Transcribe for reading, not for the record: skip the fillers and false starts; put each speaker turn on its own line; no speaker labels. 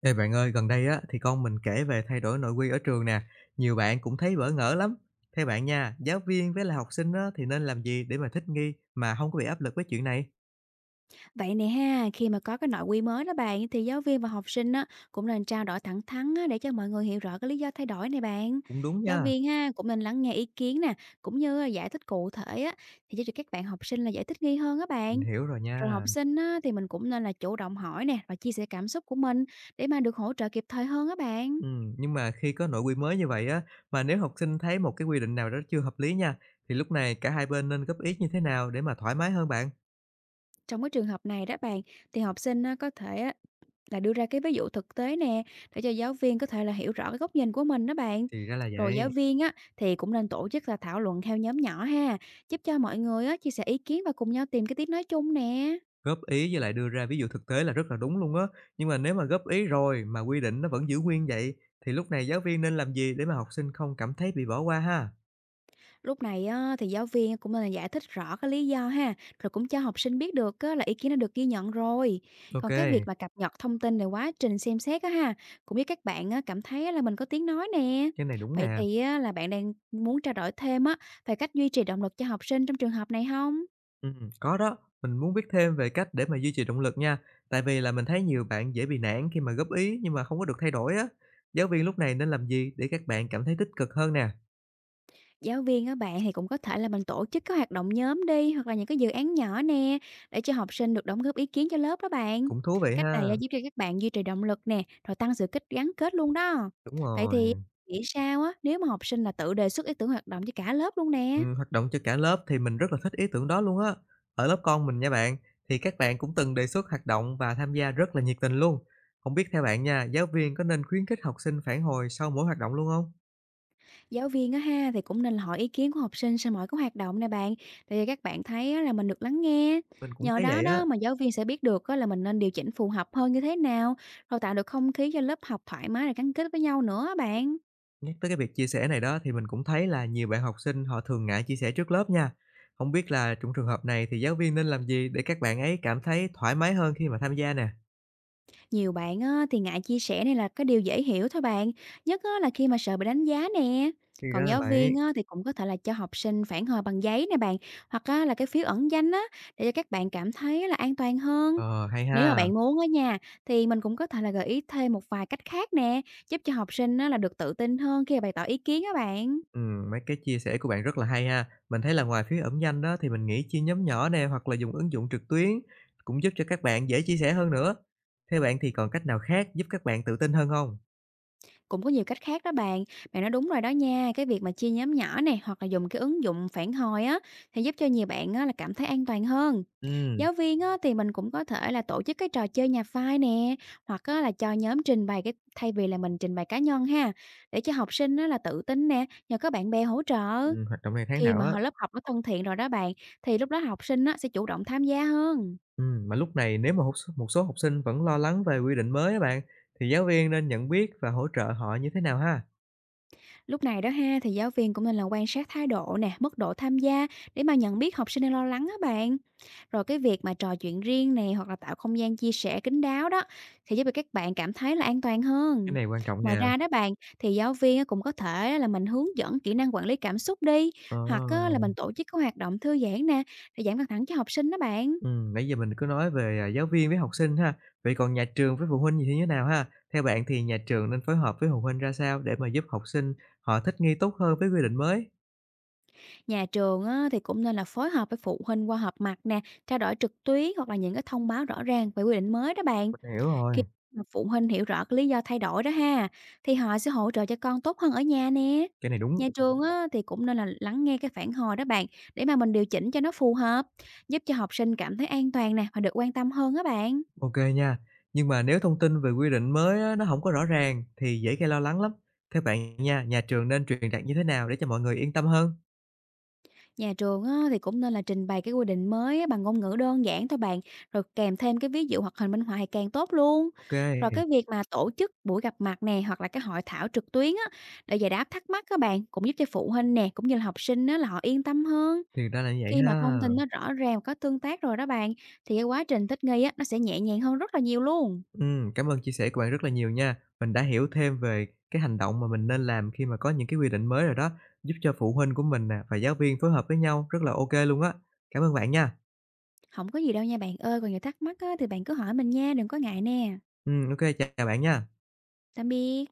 Ê bạn ơi, gần đây á thì con mình kể về thay đổi nội quy ở trường nè, nhiều bạn cũng thấy bỡ ngỡ lắm. Theo bạn nha, giáo viên với lại học sinh á thì nên làm gì để mà thích nghi mà không có bị áp lực với chuyện này?
Vậy nè ha, khi mà có cái nội quy mới đó bạn thì giáo viên và học sinh á, cũng nên trao đổi thẳng thắn á, để cho mọi người hiểu rõ cái lý do thay đổi này bạn.
Cũng đúng
Giáo
nha,
viên ha cũng nên lắng nghe ý kiến nè, cũng như là giải thích cụ thể á, thì giúp cho các bạn học sinh là dễ thích nghi hơn á
mình
bạn.
hiểu rồi
Rồi học
nha.
sinh á, thì mình cũng nên là chủ động hỏi nè và chia sẻ cảm xúc của mình để mà được hỗ trợ kịp thời hơn á bạn.
Ừ, nhưng mà khi có nội quy mới như vậy á, mà nếu học sinh thấy một cái quy định nào đó chưa hợp lý nha, thì lúc này cả hai bên nên góp ý như thế nào để mà thoải mái hơn bạn?
Trong cái trường hợp này đó bạn, thì học sinh á, có thể á, là đưa ra cái ví dụ thực tế nè, để cho giáo viên có thể là hiểu rõ cái góc nhìn của mình đó bạn.
Thì ra là
Rồi giáo
vậy.
viên á, thì cũng nên tổ chức là thảo luận theo nhóm nhỏ ha, giúp cho mọi người á, chia sẻ ý kiến và cùng nhau tìm cái tiếng nói chung nè.
Góp ý với lại đưa ra ví dụ thực tế là rất là đúng luôn á. Nhưng mà nếu mà góp ý rồi mà quy định nó vẫn giữ nguyên vậy, thì lúc này giáo viên nên làm gì để mà học sinh không cảm thấy bị bỏ qua ha?
Lúc này á, thì giáo viên cũng nên là giải thích rõ cái lý do ha, rồi cũng cho học sinh biết được á, là ý kiến đã được ghi nhận rồi. Còn cái việc
OK,
mà cập nhật thông tin về quá trình xem xét á ha, cũng như các bạn á, cảm thấy á, là mình có tiếng nói nè.
cái này đúng
Vậy
nè.
thì á, là bạn đang muốn trao đổi thêm á về cách duy trì động lực cho học sinh trong trường hợp này không?
Có đó, mình muốn biết thêm về cách để mà duy trì động lực nha. Tại vì là mình thấy nhiều bạn dễ bị nản khi mà góp ý nhưng mà không có được thay đổi á. Giáo viên lúc này nên làm gì để các bạn cảm thấy tích cực hơn nè?
Giáo viên á bạn thì cũng có thể là mình tổ chức các hoạt động nhóm đi, hoặc là những cái dự án nhỏ nè, để cho học sinh được đóng góp ý kiến cho lớp đó bạn.
Cũng thú vị
Cách này á,
ha.
giúp cho các bạn duy trì động lực nè, rồi tăng sự kết gắn kết luôn đó.
Đúng
Vậy thì
rồi.
nghĩ sao á, nếu mà học sinh là tự đề xuất ý tưởng hoạt động cho cả lớp luôn nè.
Hoạt động cho cả lớp thì mình rất là thích ý tưởng đó luôn á. Ở lớp con mình nha bạn, thì các bạn cũng từng đề xuất hoạt động và tham gia rất là nhiệt tình luôn. Không biết theo bạn nha, giáo viên có nên khuyến khích học sinh phản hồi sau mỗi hoạt động luôn không?
Giáo viên á ha, thì cũng nên là hỏi ý kiến của học sinh sau mỗi cái hoạt động nè bạn, để cho các bạn thấy á, là mình được lắng nghe.
Mình cũng
Nhờ
thấy
đó
vậy á.
đó mà giáo viên sẽ biết được á, là mình nên điều chỉnh phù hợp hơn như thế nào, rồi tạo được không khí cho lớp học thoải mái và gắn kết với nhau nữa á bạn.
Nhắc tới cái việc chia sẻ này đó thì mình cũng thấy là nhiều bạn học sinh họ thường ngại chia sẻ trước lớp nha. Không biết là trong trường hợp này thì giáo viên nên làm gì để các bạn ấy cảm thấy thoải mái hơn khi mà tham gia nè.
Nhiều bạn á, thì ngại chia sẻ này là cái điều dễ hiểu thôi bạn, nhất á, là khi mà sợ bị đánh giá nè.
Thì ra
Còn
là
giáo
vậy.
viên á, thì cũng có thể là cho học sinh phản hồi bằng giấy nè bạn, hoặc á, là cái phiếu ẩn danh á, để cho các bạn cảm thấy là an toàn hơn.
Ờ, hay
Nếu mà
ha.
bạn muốn ở nhà, thì mình cũng có thể là gợi ý thêm một vài cách khác nè, giúp cho học sinh á, là được tự tin hơn khi mà bày tỏ ý kiến á bạn.
Mấy cái chia sẻ của bạn rất là hay ha. Mình thấy là ngoài phía ẩn danh đó thì mình nghĩ chia nhóm nhỏ nè, hoặc là dùng ứng dụng trực tuyến cũng giúp cho các bạn dễ chia sẻ hơn nữa. Theo bạn thì còn cách nào khác giúp các bạn tự tin hơn không?
Cũng có nhiều cách khác đó bạn, bạn nói đúng rồi đó nha, cái việc mà chia nhóm nhỏ này hoặc là dùng cái ứng dụng phản hồi á, thì giúp cho nhiều bạn á, là cảm thấy an toàn hơn.
Ừm,
Giáo viên á, thì mình cũng có thể là tổ chức cái trò chơi nhà phai nè, hoặc á, là cho nhóm trình bày cái thay vì là mình trình bày cá nhân ha, để cho học sinh á, là tự tin nè, nhờ có bạn bè hỗ trợ.
ừm, hoạt động này tháng
Khi
nào
mà
á.
lớp học nó thân thiện rồi đó bạn, thì lúc đó học sinh á, sẽ chủ động tham gia hơn.
Mà lúc này nếu mà một số học sinh vẫn lo lắng về quy định mới á bạn, thì giáo viên nên nhận biết và hỗ trợ họ như thế nào ha?
Lúc này đó ha, thì giáo viên cũng nên là quan sát thái độ nè, mức độ tham gia để mà nhận biết học sinh đang lo lắng á bạn. Rồi cái việc mà trò chuyện riêng này hoặc là tạo không gian chia sẻ kín đáo đó, thì giúp cho các bạn cảm thấy là an toàn
Cái
hơn.
này quan trọng nè.
Ngoài ra đó bạn, thì giáo viên á cũng có thể là mình hướng dẫn kỹ năng quản lý cảm xúc đi,
Ờ.
hoặc á là mình tổ chức các hoạt động thư giãn nè để giảm căng thẳng cho học sinh đó bạn.
Nãy giờ mình cứ nói về, à, giáo viên với học sinh ha, vậy còn nhà trường với phụ huynh như thế nào ha? Theo bạn thì nhà trường nên phối hợp với phụ huynh ra sao để mà giúp học sinh họ thích nghi tốt hơn với quy định mới?
Nhà trường á, thì cũng nên là phối hợp với phụ huynh qua họp mặt nè, trao đổi trực tuyến hoặc là những cái thông báo rõ ràng về quy định mới đó bạn.
Mình hiểu
Khi
rồi,
mà phụ huynh hiểu rõ cái lý do thay đổi đó ha, thì họ sẽ hỗ trợ cho con tốt hơn ở nhà nè.
cái này đúng,
Nhà trường á, thì cũng nên là lắng nghe cái phản hồi đó bạn, để mà mình điều chỉnh cho nó phù hợp, giúp cho học sinh cảm thấy an toàn nè và được quan tâm hơn á bạn.
OK nha. Nhưng mà nếu thông tin về quy định mới á, nó không có rõ ràng thì dễ gây lo lắng lắm. Theo bạn nha, nhà trường nên truyền đạt như thế nào để cho mọi người yên tâm hơn?
Nhà trường á, thì cũng nên là trình bày cái quy định mới á, bằng ngôn ngữ đơn giản thôi bạn, rồi kèm thêm cái ví dụ hoặc hình minh họa thì càng tốt luôn.
OK,
Rồi
kê,
cái việc mà tổ chức buổi gặp mặt nè hoặc là cái hội thảo trực tuyến á, để giải đáp thắc mắc các bạn cũng giúp cho phụ huynh nè cũng như là học sinh á, là họ yên tâm hơn.
thì ra là như vậy
Khi
ha.
mà thông tin nó rõ ràng, có tương tác rồi đó bạn, thì cái quá trình thích nghi á, nó sẽ nhẹ nhàng hơn rất là nhiều luôn.
Cảm ơn chia sẻ của bạn rất là nhiều nha. Mình đã hiểu thêm về cái hành động mà mình nên làm khi mà có những cái quy định mới rồi đó, giúp cho phụ huynh của mình nè và giáo viên phối hợp với nhau rất là ok luôn á. Cảm ơn bạn nha.
Không có gì đâu nha bạn ơi, còn nhiều thắc mắc á, thì bạn cứ hỏi mình nha, đừng có ngại nè.
Ô chào bạn nha.
Tạm biệt.